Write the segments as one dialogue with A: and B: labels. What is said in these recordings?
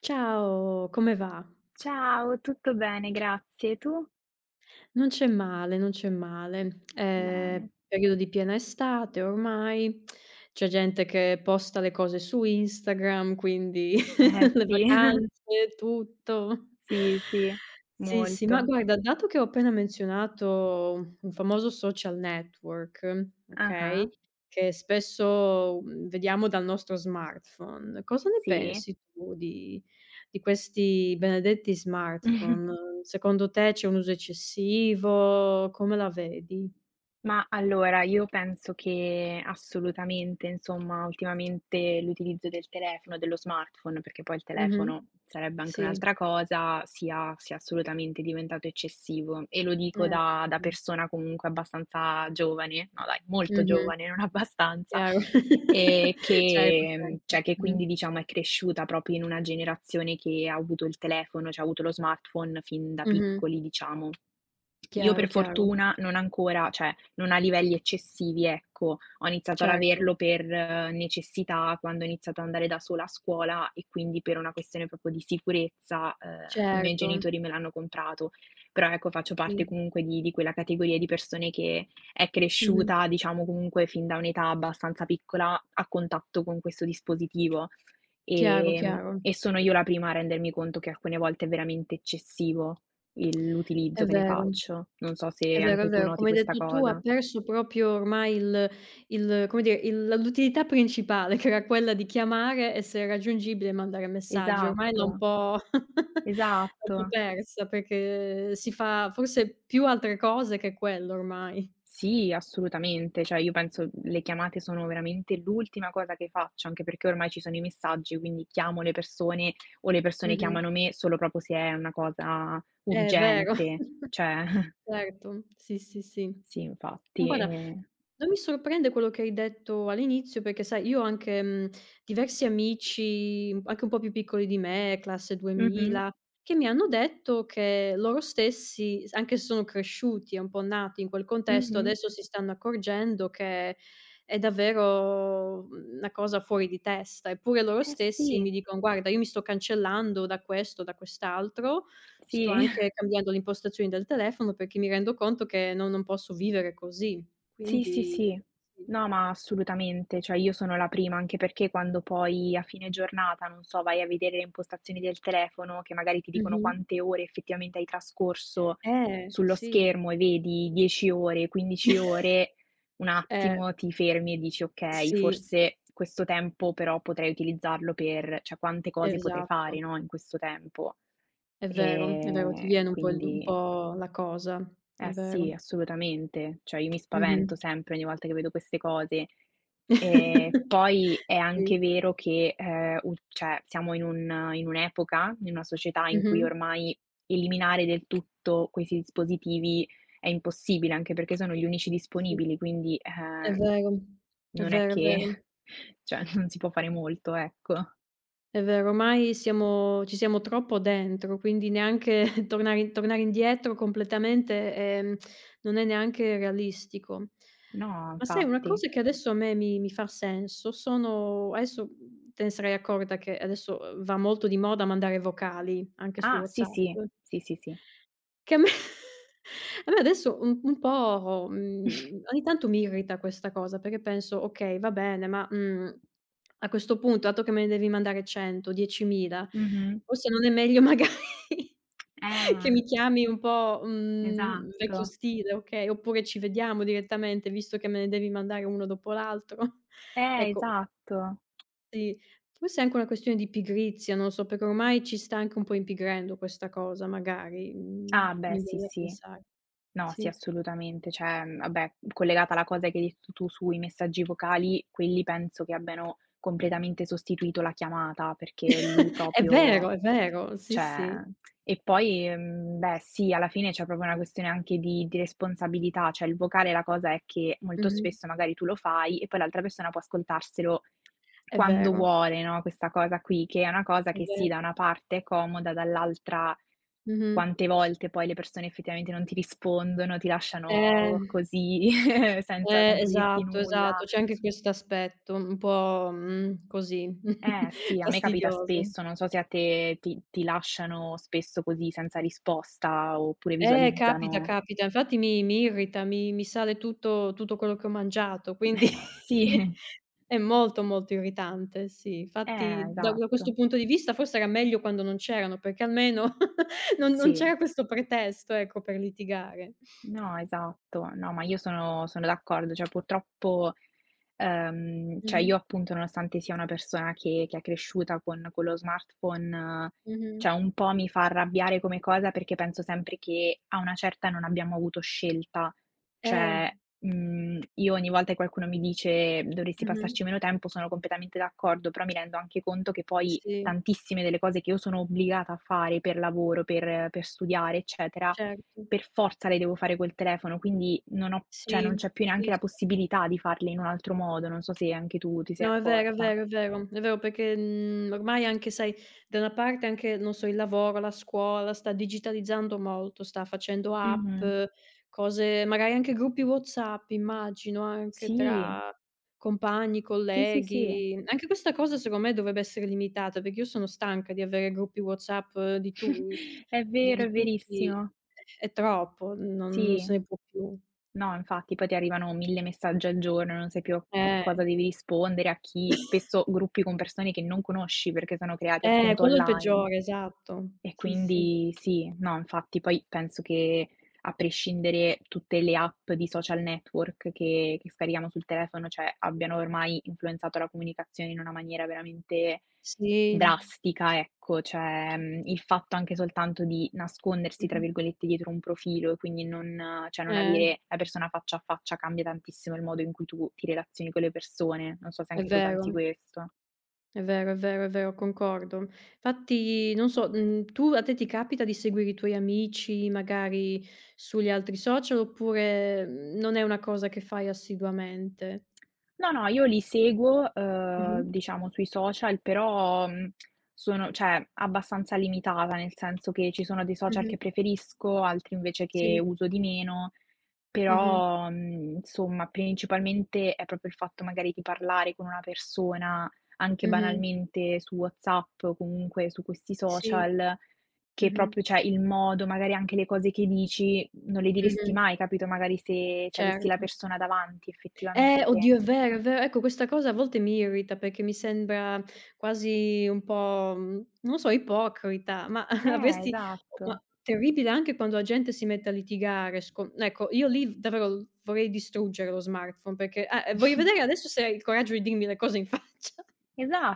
A: Ciao, come va?
B: Ciao, tutto bene, grazie. Tu?
A: Non c'è male, non c'è male. È
B: Bene.
A: periodo di piena estate ormai, c'è gente che posta le cose su Instagram, quindi.
B: Eh
A: Le
B: sì,
A: vacanze, tutto.
B: sì, sì,
A: Sì, sì, ma
B: molto.
A: guarda, dato che ho appena menzionato un famoso social network, okay,
B: Ah-ah,
A: che spesso, vediamo dal nostro smartphone, cosa ne
B: sì.
A: pensi tu di questi benedetti smartphone? Secondo te c'è un uso eccessivo? Come la vedi?
B: Ma allora, io penso che assolutamente, insomma, ultimamente l'utilizzo del telefono, dello smartphone, perché poi il
A: Mh-mh.
B: telefono sarebbe anche
A: Sì.
B: un'altra cosa, sia assolutamente diventato eccessivo. E lo dico
A: Eh,
B: da
A: mh.
B: persona comunque abbastanza giovane, no dai, molto
A: Mh-mh.
B: giovane, non abbastanza,
A: Chiaro.
B: e
A: Certo,
B: che,
A: certo.
B: cioè, che quindi
A: Mh-mh.
B: diciamo è cresciuta proprio in una generazione che ha avuto il telefono, cioè ha avuto lo smartphone fin da
A: Mh-mh.
B: piccoli, diciamo. Io
A: Chiaro,
B: per
A: chiaro.
B: fortuna non ancora, cioè non a livelli eccessivi, ecco. Ho iniziato ad
A: Certo,
B: averlo per necessità quando ho iniziato ad andare da sola a scuola e quindi per una questione proprio di sicurezza, i miei
A: certo.
B: genitori me l'hanno comprato. Però ecco, faccio parte
A: Sì.
B: comunque di quella categoria di persone che è
A: Mh-mh.
B: cresciuta, diciamo, comunque fin da un'età abbastanza piccola a contatto con questo dispositivo,
A: Chiaro, chiaro.
B: e sono io la prima a rendermi conto che alcune volte è veramente eccessivo il
A: È
B: l'utilizzo che ne
A: vero,
B: faccio. Non so
A: è
B: se
A: vero, è
B: anche tu
A: vero.
B: noti
A: Come hai
B: questa
A: detto tu, ha
B: cosa.
A: perso proprio ormai il come dire, il la l'utilità principale che era quella di chiamare, essere raggiungibile e mandare messaggi. Ormai l'ha
B: Esatto,
A: un po' l'ha un
B: esatto.
A: po' persa perché si fa forse più altre cose che quello ormai.
B: Sì, assolutamente. Cioè io penso le chiamate sono veramente l'ultima cosa che faccio, anche perché ormai ci sono i messaggi, quindi chiamo le persone o le persone
A: Mh-mh.
B: chiamano me solo proprio se è una cosa
A: È vero.
B: urgente. Cioè
A: Certo, sì, sì, sì.
B: sì infatti,
A: Guarda, non mi sorprende quello che hai detto all'inizio perché sai io ho anche, diversi amici, anche un po' più piccoli di me, classe
B: mh-mh,
A: 2000, che mi hanno detto che loro stessi, s anche se sono cresciuti e un po' nati in quel contesto,
B: mh-mh.
A: adesso si stanno accorgendo che è davvero, una cosa fuori di testa. Eppure loro
B: Eh
A: stessi mi
B: sì,
A: dicono: "Guarda, io mi sto cancellando da questo, da quest'altro. Sto
B: sì.
A: anche cambiando le impostazioni del telefono perché mi rendo conto che no non posso vivere così."
B: Sì, sì,
A: Quindi
B: sì.
A: sì.
B: No, ma assolutamente, cioè io sono la prima, anche perché quando poi a fine giornata, non so, vai a vedere le impostazioni del telefono che magari ti dicono
A: Mh-mh.
B: quante ore effettivamente hai trascorso sullo
A: Sì.
B: schermo e vedi 10 ore, 15 ore, un
A: Eh,
B: attimo ti fermi e dici: "Okay,
A: sì,
B: forse questo tempo però potrei utilizzarlo per", cioè quante cose potrei fare,
A: esatto.
B: no, in questo tempo.
A: È vero, ti viene un po' il du un
B: Quindi
A: po' la cosa, è
B: eh
A: vero.
B: sì, assolutamente. Cioè io mi
A: Mh-mh.
B: spavento sempre ogni volta che vedo queste cose. Poi è anche
A: Sì.
B: vero che, u cioè siamo in un in un'epoca, in una società in cui
A: Mh-mh.
B: ormai eliminare del tutto questi dispositivi è impossibile, anche perché sono gli unici
A: Sì,
B: disponibili, quindi,
A: è vero. È
B: non è
A: vero, è
B: che
A: vero.
B: cioè non si può fare molto, ecco.
A: È vero, ormai siamo ci siamo troppo dentro, quindi neanche tornare indietro completamente, non è neanche realistico.
B: No,
A: Ma sai una
B: infatti.
A: cosa che adesso a me mi fa senso sono adesso, te ne sarai accorta che adesso, va molto di moda mandare vocali anche su
B: Ah, sì,
A: WhatsApp.
B: sì. Sì, sì, sì.
A: Che a me a me adesso un po', ogni tanto mi irrita questa cosa, perché penso: "Okay, va bene, ma, a questo punto, dato che me ne devi mandare 100, 10.000,
B: Mh-mh.
A: forse non è meglio magari che
B: Eh,
A: mi chiami un po', vecchio
B: esatto.
A: stile, okay, oppure ci vediamo direttamente, visto che me ne devi mandare uno dopo l'altro." Ecco
B: Esatto.
A: sì, forse è anche una questione di pigrizia, non lo so, perché ormai ci sta anche un po' impigrendo questa cosa magari,
B: Ah, beh,
A: mi
B: sì,
A: viene da
B: sì.
A: pensare.
B: No, sì,
A: Sì.
B: assolutamente. Cioè, vabbè, collegata alla cosa che hai detto tu sui messaggi vocali, quelli penso che abbiano completamente sostituito la chiamata, perché lì proprio
A: È vero, sì,
B: cioè
A: sì.
B: e poi, beh sì, alla fine c'è proprio una questione anche di responsabilità, cioè il vocale la cosa è che molto
A: Mh-mh.
B: spesso magari tu lo fai e poi l'altra persona può ascoltarselo
A: È
B: quando
A: vero,
B: vuole, no, questa cosa qui, che è una cosa
A: è
B: che sì,
A: vero.
B: da una parte è comoda, dall'altra
A: Mh-mh.
B: quante volte poi le persone effettivamente non ti rispondono, ti
A: Eh,
B: lasciano così senza senza dirti
A: esatto, esatto,
B: nulla.
A: c'è anche questo aspetto un po', così
B: Eh sì, a me capita
A: fastidioso.
B: spesso, non so se a te ti lasciano spesso così senza risposta oppure
A: Capita,
B: visualizzano.
A: capita. Infatti mi irrita, mi sale tutto quello che ho mangiato, quindi
B: Sì,
A: è molto, molto irritante, sì. Infatti
B: eh,
A: da questo
B: esatto.
A: punto di vista forse era meglio quando non c'erano, perché almeno non
B: Sì,
A: c'era questo pretesto, ecco, per litigare.
B: no, esatto. No, ma io sono d'accordo, cioè purtroppo cioè
A: Mh-mh,
B: io appunto nonostante sia una persona che è cresciuta con lo smartphone,
A: mh-mh.
B: cioè un po' mi fa arrabbiare come cosa perché penso sempre che a una certa non abbiamo avuto scelta.
A: Eh,
B: Cioè, io ogni volta che qualcuno mi dice: "Dovresti
A: mh-mh.
B: passarci meno tempo", sono completamente d'accordo, però mi rendo anche conto che poi
A: Sì,
B: tantissime delle cose che io sono obbligata a fare per lavoro, per studiare, eccetera,
A: certo.
B: per forza le devo fare col telefono, quindi non ho cioè non
A: Sì,
B: c'è più neanche la
A: capisco.
B: possibilità di farle in un altro modo, non so se anche tu ti sei
A: No, è vero, è
B: accorta.
A: vero, è vero. È vero perché, ormai anche sai, da una parte anche, non so, il lavoro, la scuola sta digitalizzando molto, sta facendo app,
B: Mh-mh.
A: cose magari anche gruppi WhatsApp, immagino, anche
B: Sì,
A: tra compagni,
B: sì, sì, sì.
A: colleghi. Anche questa cosa secondo me dovrebbe essere limitata, perché io sono stanca di avere gruppi WhatsApp di tu
B: È vero,
A: di
B: è
A: tutti.
B: verissimo.
A: È troppo, non
B: Sì.
A: se ne può più.
B: No, infatti poi ti arrivano 1000 messaggi al giorno, non sai più
A: Eh,
B: cosa devi rispondere, a chi, spesso gruppi con persone che non conosci perché sono creati appunto
A: quello è il
B: online.
A: peggiore, esatto.
B: E
A: Sì, sì.
B: quindi sì, no, infatti poi penso che a prescindere tutte le app di social network che scarichiamo sul telefono, cioè abbiano ormai influenzato la comunicazione in una maniera veramente
A: Sì.
B: drastica, ecco, cioè, il fatto anche soltanto di nascondersi, tra
A: Mh-mh.
B: virgolette, "dietro un profilo" e quindi non cioè non
A: Eh,
B: avere la persona faccia a faccia cambia tantissimo il modo in cui tu ti relazioni con le persone. Non so se
A: è
B: anche tu pensi
A: vero,
B: questo.
A: è vero, è vero, è vero, concordo. Infatti non so, tu a te ti capita di seguire i tuoi amici magari sugli altri social oppure, non è una cosa che fai assiduamente?
B: No, no, io li seguo,
A: Mh-mh.
B: diciamo sui social, però, sono cioè abbastanza limitata, nel senso che ci sono dei social
A: Mh-mh.
B: che preferisco, altri invece che
A: Sì.
B: uso di meno,
A: Mh-mh.
B: però, insomma principalmente è proprio il fatto magari di parlare con una persona, anche
A: Mh-mh.
B: banalmente su WhatsApp o comunque su questi
A: Sì.
B: social, che
A: Mh-mh.
B: proprio cioè il modo, magari anche le cose che dici non le diresti
A: Mh-mh.
B: mai, capito, magari se avessi la
A: Certo.
B: persona davanti effettivamente.
A: Oddio, è vero, è vero. Ecco, questa cosa a volte mi irrita perché mi sembra quasi un po', non lo so, ipocrita, ma avresti
B: Esatto.
A: ma terribile anche quando la gente si mette a litigare sco ecco, io lì davvero l vorrei distruggere lo smartphone perché voglio vedere adesso se hai il coraggio di dirmi le cose in faccia.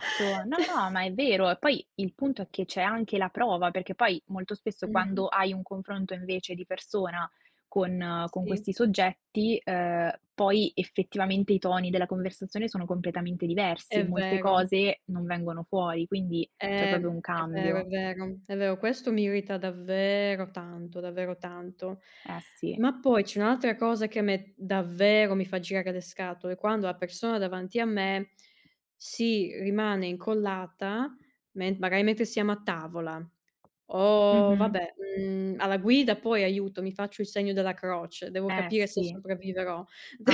B: No,
A: Cioè
B: no, ma è vero. E poi il punto è che c'è anche la prova, perché poi molto spesso
A: mh-mh,
B: quando hai un confronto invece di persona con
A: sì,
B: questi soggetti, poi effettivamente i toni della conversazione sono completamente diversi
A: è
B: e molte
A: vero.
B: cose non vengono fuori, quindi c'è
A: Eh,
B: proprio un
A: è vero, è
B: cambio.
A: vero, è vero. Questo mi irrita davvero tanto, davvero tanto.
B: Eh sì.
A: Ma poi c'è un'altra cosa che a me davvero mi fa girare le scatole, quando la persona davanti a me si rimane incollata, men magari mentre siamo a tavola o
B: Mh-mh.
A: vabbè, alla guida poi aiuto, mi faccio il segno della croce, devo
B: Eh
A: capire se
B: sì.
A: sopravviverò.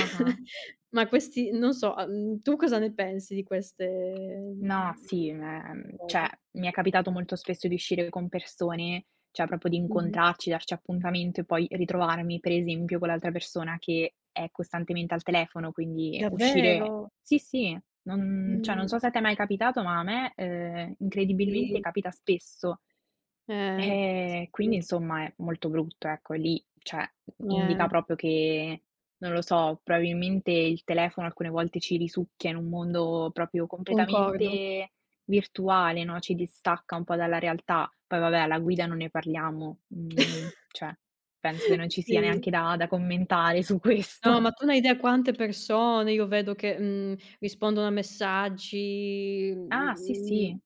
B: Ah-ah.
A: Ma questi non so, tu cosa ne pensi di
B: No,
A: mhmm,
B: sì,
A: queste
B: cioè
A: cose.
B: mi è capitato molto spesso di uscire con persone, cioè proprio di
A: Mh-mh.
B: incontrarci, darci appuntamento e poi ritrovarmi, per esempio, con l'altra persona che è costantemente al telefono, quindi uscire
A: Davvero?
B: sì, sì, non cioè non
A: Mh.
B: so se a te è mai capitato, ma a me, incredibilmente
A: Sì.
B: capita spesso.
A: Eh. Sì,
B: Quindi
A: sì.
B: insomma è molto brutto, ecco, lì cioè indica
A: Eh,
B: proprio che non lo so, probabilmente il telefono alcune volte ci risucchia in un mondo proprio
A: concordo.
B: completamente virtuale, no, ci distacca un po' dalla realtà. Poi vabbè, alla guida non ne parliamo, cioè penso che non ci sia
A: Sì.
B: neanche da commentare su questo.
A: No, ma tu non hai idea quante persone io vedo che, rispondono a messaggi,
B: Ah, sì,
A: mhmm,
B: sì.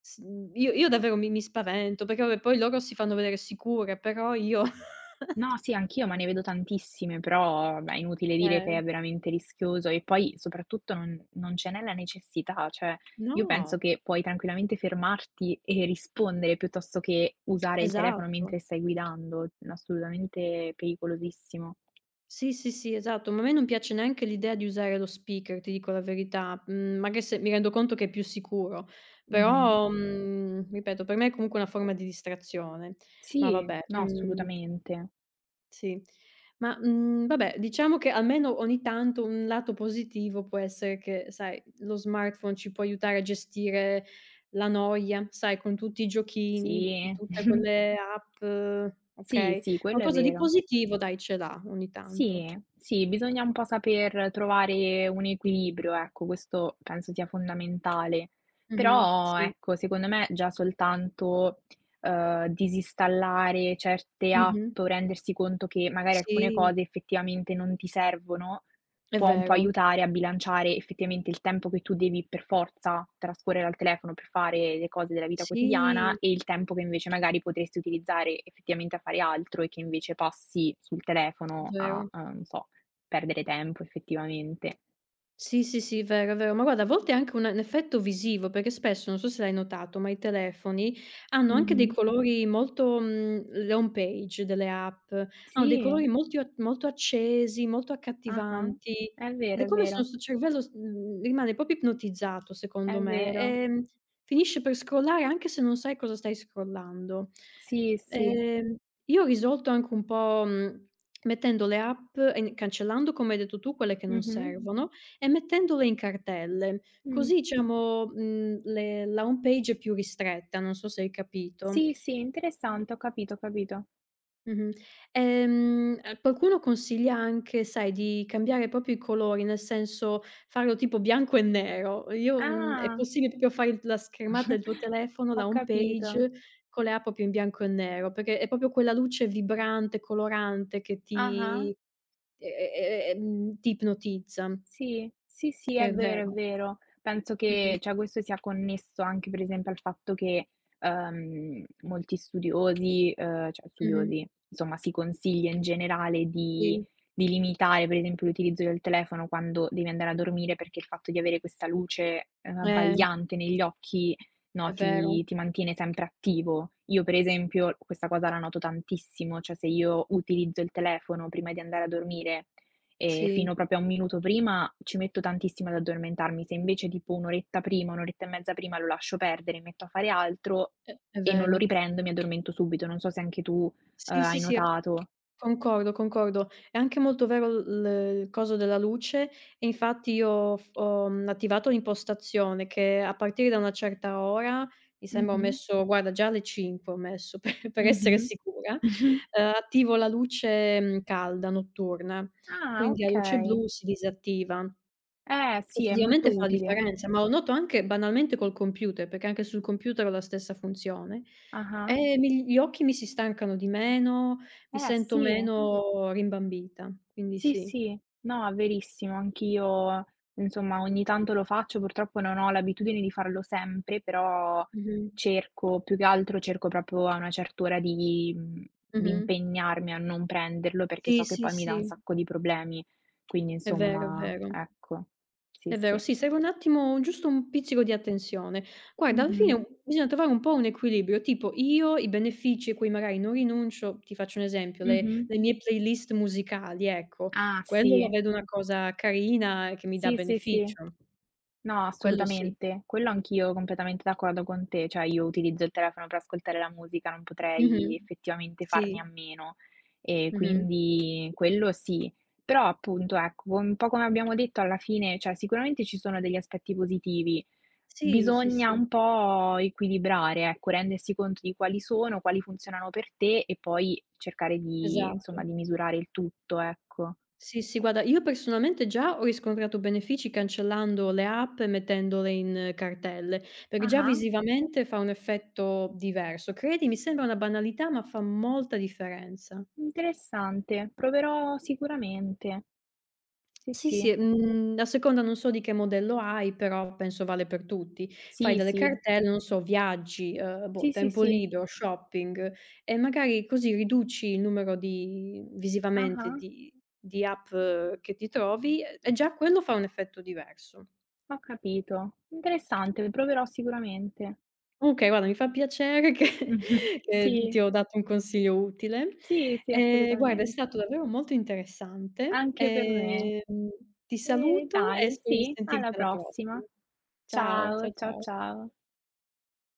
A: s io davvero mi spavento, perché vabbè poi loro si fanno vedere sicure, però io
B: No, sì, anch'io, ma ne vedo tantissime, però beh, è inutile dire che
A: eh,
B: è veramente rischioso e poi soprattutto non ce n'è la necessità, cioè io penso
A: no,
B: che puoi tranquillamente fermarti e rispondere piuttosto che usare il telefono
A: esatto.
B: mentre stai guidando, assolutamente pericolosissimo.
A: Sì, sì, sì, esatto, ma a me non piace neanche l'idea di usare lo speaker, ti dico la verità. Mhmm, magari se mi rendo conto che è più sicuro,
B: Mh-mh.
A: però, ripeto, per me è comunque una forma di distrazione. Ma
B: Sì,
A: vabbè,
B: no, assolutamente.
A: sì. Ma, vabbè, diciamo che almeno ogni tanto un lato positivo può essere che, sai, lo smartphone ci può aiutare a gestire la noia, sai, con tutti i giochini,
B: Sì.
A: tutte quelle app,
B: Sì,
A: okay.
B: sì, quello è
A: Qualcosa di
B: vero.
A: positivo dai ce l'ha ogni tanto.
B: Sì, sì, bisogna un po' saper trovare un equilibrio, ecco, questo penso sia fondamentale.
A: Mh-mh.
B: Però,
A: Sì.
B: ecco, secondo me già soltanto, disinstallare certe app
A: Mh-mh.
B: o rendersi conto che magari alcune
A: Sì.
B: cose effettivamente non ti servono,
A: È
B: può un po'
A: vero.
B: aiutare a bilanciare effettivamente il tempo che tu devi per forza trascorrere al telefono per fare le cose della vita
A: Sì,
B: quotidiana e il tempo che invece magari potresti utilizzare effettivamente a fare altro e che invece passi sul telefono a,
A: vero.
B: non so, perdere tempo effettivamente.
A: Sì, sì, sì, vero, vero. Ma guarda a volte è anche un effetto visivo, perché spesso, non so se l'hai notato, ma i telefoni hanno anche dei
B: Mh-mh.
A: colori le home page delle app, hanno dei
B: Sì.
A: colori molti a molto accesi, molto
B: Ah-ah.
A: accattivanti
B: È
A: ed è
B: vero, è
A: come se il
B: vero,
A: nostro cervello rimane proprio ipnotizzato secondo
B: è
A: me,
B: vero.
A: finisce per scrollare anche se non sai cosa stai scrollando.
B: Sì, sì.
A: Ehm, io ho risolto anche un po', mettendo le app e n cancellando, come hai detto tu, quelle che non
B: Mh-mh.
A: servono e mettendole in cartelle,
B: Mh.
A: così diciamo, le la home page è più ristretta, non so se hai capito.
B: Sì, sì, interessante, ho capito, ho capito.
A: Mh-mh. Qualcuno consiglia anche, sai, di cambiare proprio i colori, nel senso farlo tipo bianco e nero. È
B: Ah!
A: possibile proprio fare il la schermata del tuo telefono,
B: Ho
A: la home
B: capito.
A: page, con le app proprio in bianco e nero, perché è proprio quella luce vibrante, colorante che
B: Ah-ah.
A: ti e ti ipnotizza,
B: Sì, sì, sì,
A: che
B: è
A: è
B: vero, è
A: vero.
B: vero. Penso
A: Mh-mh,
B: che, cioè, questo sia connesso anche per esempio al fatto che, molti studiosi, cioè
A: mh-mh,
B: studiosi, insomma si consiglia in generale di
A: sì.
B: limitare per esempio l'utilizzo del telefono quando devi andare a dormire, perché il fatto di avere questa luce,
A: Eh,
B: abbagliante negli occhi,
A: è
B: no,
A: vero.
B: ti mantiene sempre attivo. Io per esempio questa cosa la noto tantissimo, cioè se io utilizzo il telefono prima di andare a dormire
A: Sì,
B: fino proprio a 1 minuto prima ci metto tantissimo ad addormentarmi. Se invece tipo 1 oretta prima, 1 oretta e mezza prima lo lascio perdere, mi metto a fare altro
A: è
B: e non lo
A: vero.
B: riprendo, mi addormento subito. Non so se anche tu,
A: Sì, sì,
B: hai
A: sì, è
B: notato.
A: concordo, concordo. È anche molto vero l il coso della luce e infatti io f ho attivato l'impostazione che a partire da una certa ora, mi sembra ho
B: Mh-mh.
A: messo guarda già alle 5 ho messo per essere
B: Mh-mh.
A: sicura,
B: Mh-mh.
A: attivo la luce, calda notturna,
B: Ah,
A: quindi la luce
B: okay.
A: blu si disattiva.
B: Eh sì, è molto
A: Effettivamente fa la
B: utile.
A: differenza, ma lo noto anche banalmente col computer, perché anche sul computer ho la stessa funzione.
B: Ah-ah.
A: E mi gli occhi mi si stancano di meno, mi
B: Eh
A: sento
B: sì.
A: meno rimbambita, quindi
B: Sì,
A: sì.
B: sì, no, verissimo, anch'io insomma ogni tanto lo faccio, purtroppo non ho l'abitudine di farlo sempre, però
A: Mh-mh.
B: cerco, più che altro cerco proprio a una certa ora di, di
A: Mh-mh.
B: impegnarmi a non prenderlo perché
A: Sì,
B: so che
A: sì,
B: poi mi dà
A: sì,
B: un sacco di problemi, quindi
A: è vero, è
B: insomma,
A: vero.
B: ecco. Sì,
A: È vero,
B: sì.
A: sì, serve un attimo giusto un pizzico di attenzione. Guarda, alla fine
B: Mh-mh.
A: Un bisogna trovare un po' un equilibrio, tipo io i benefici a cui magari non rinuncio ti faccio un esempio, le
B: Mh-mh.
A: le mie playlist musicali, ecco,
B: Ah
A: quello la
B: sì.
A: vedo una cosa carina che mi dà
B: Sì, sì, sì.
A: beneficio,
B: No,
A: quello sì.
B: assolutamente. Quello anch'io completamente d'accordo con te, cioè io utilizzo il telefono per ascoltare la musica, non potrei
A: Mh-mh.
B: effettivamente
A: Sì.
B: farne a meno. E
A: Mh-mh.
B: quindi quello sì. Però appunto, ecco, un po' come abbiamo detto alla fine, cioè sicuramente ci sono degli aspetti positivi.
A: Sì, sì,
B: Bisogna
A: sì,
B: un po' equilibrare, ecco, rendersi conto di quali sono, quali funzionano per te e poi cercare di,
A: esatto.
B: insomma, di misurare il tutto, ecco.
A: Sì, sì, guarda, io personalmente già ho riscontrato benefici cancellando le app e mettendole in cartelle, perché già
B: Ah,
A: visivamente fa un effetto diverso. Credimi, sembra una banalità, ma fa molta differenza.
B: interessante. Proverò sicuramente. Sì,
A: Sì, sì,
B: sì.
A: e, a seconda non so di che modello hai, però penso vale per tutti. Fai
B: Sì,
A: delle
B: sì.
A: cartelle, non so, viaggi, boh,
B: Sì, sì,
A: tempo
B: sì.
A: libero, shopping e magari così riduci il numero di visivamente
B: Ah-ah,
A: di app che ti trovi e già quello fa un effetto diverso.
B: ho capito. Interessante, proverò sicuramente.
A: Okay, guarda mi fa piacere che
B: Mh-mh.
A: che
B: Sì,
A: ti ho dato un consiglio utile.
B: sì, sì,
A: Guarda è
B: assolutamente.
A: stato davvero molto interessante.
B: Anche per me.
A: Ti
B: E
A: saluto e
B: dai,
A: spero di
B: sì, alla
A: sentirti alla
B: prossima.
A: prossima. Ciao, ciao,
B: Ciao, ciao,
A: ciao.
B: ciao.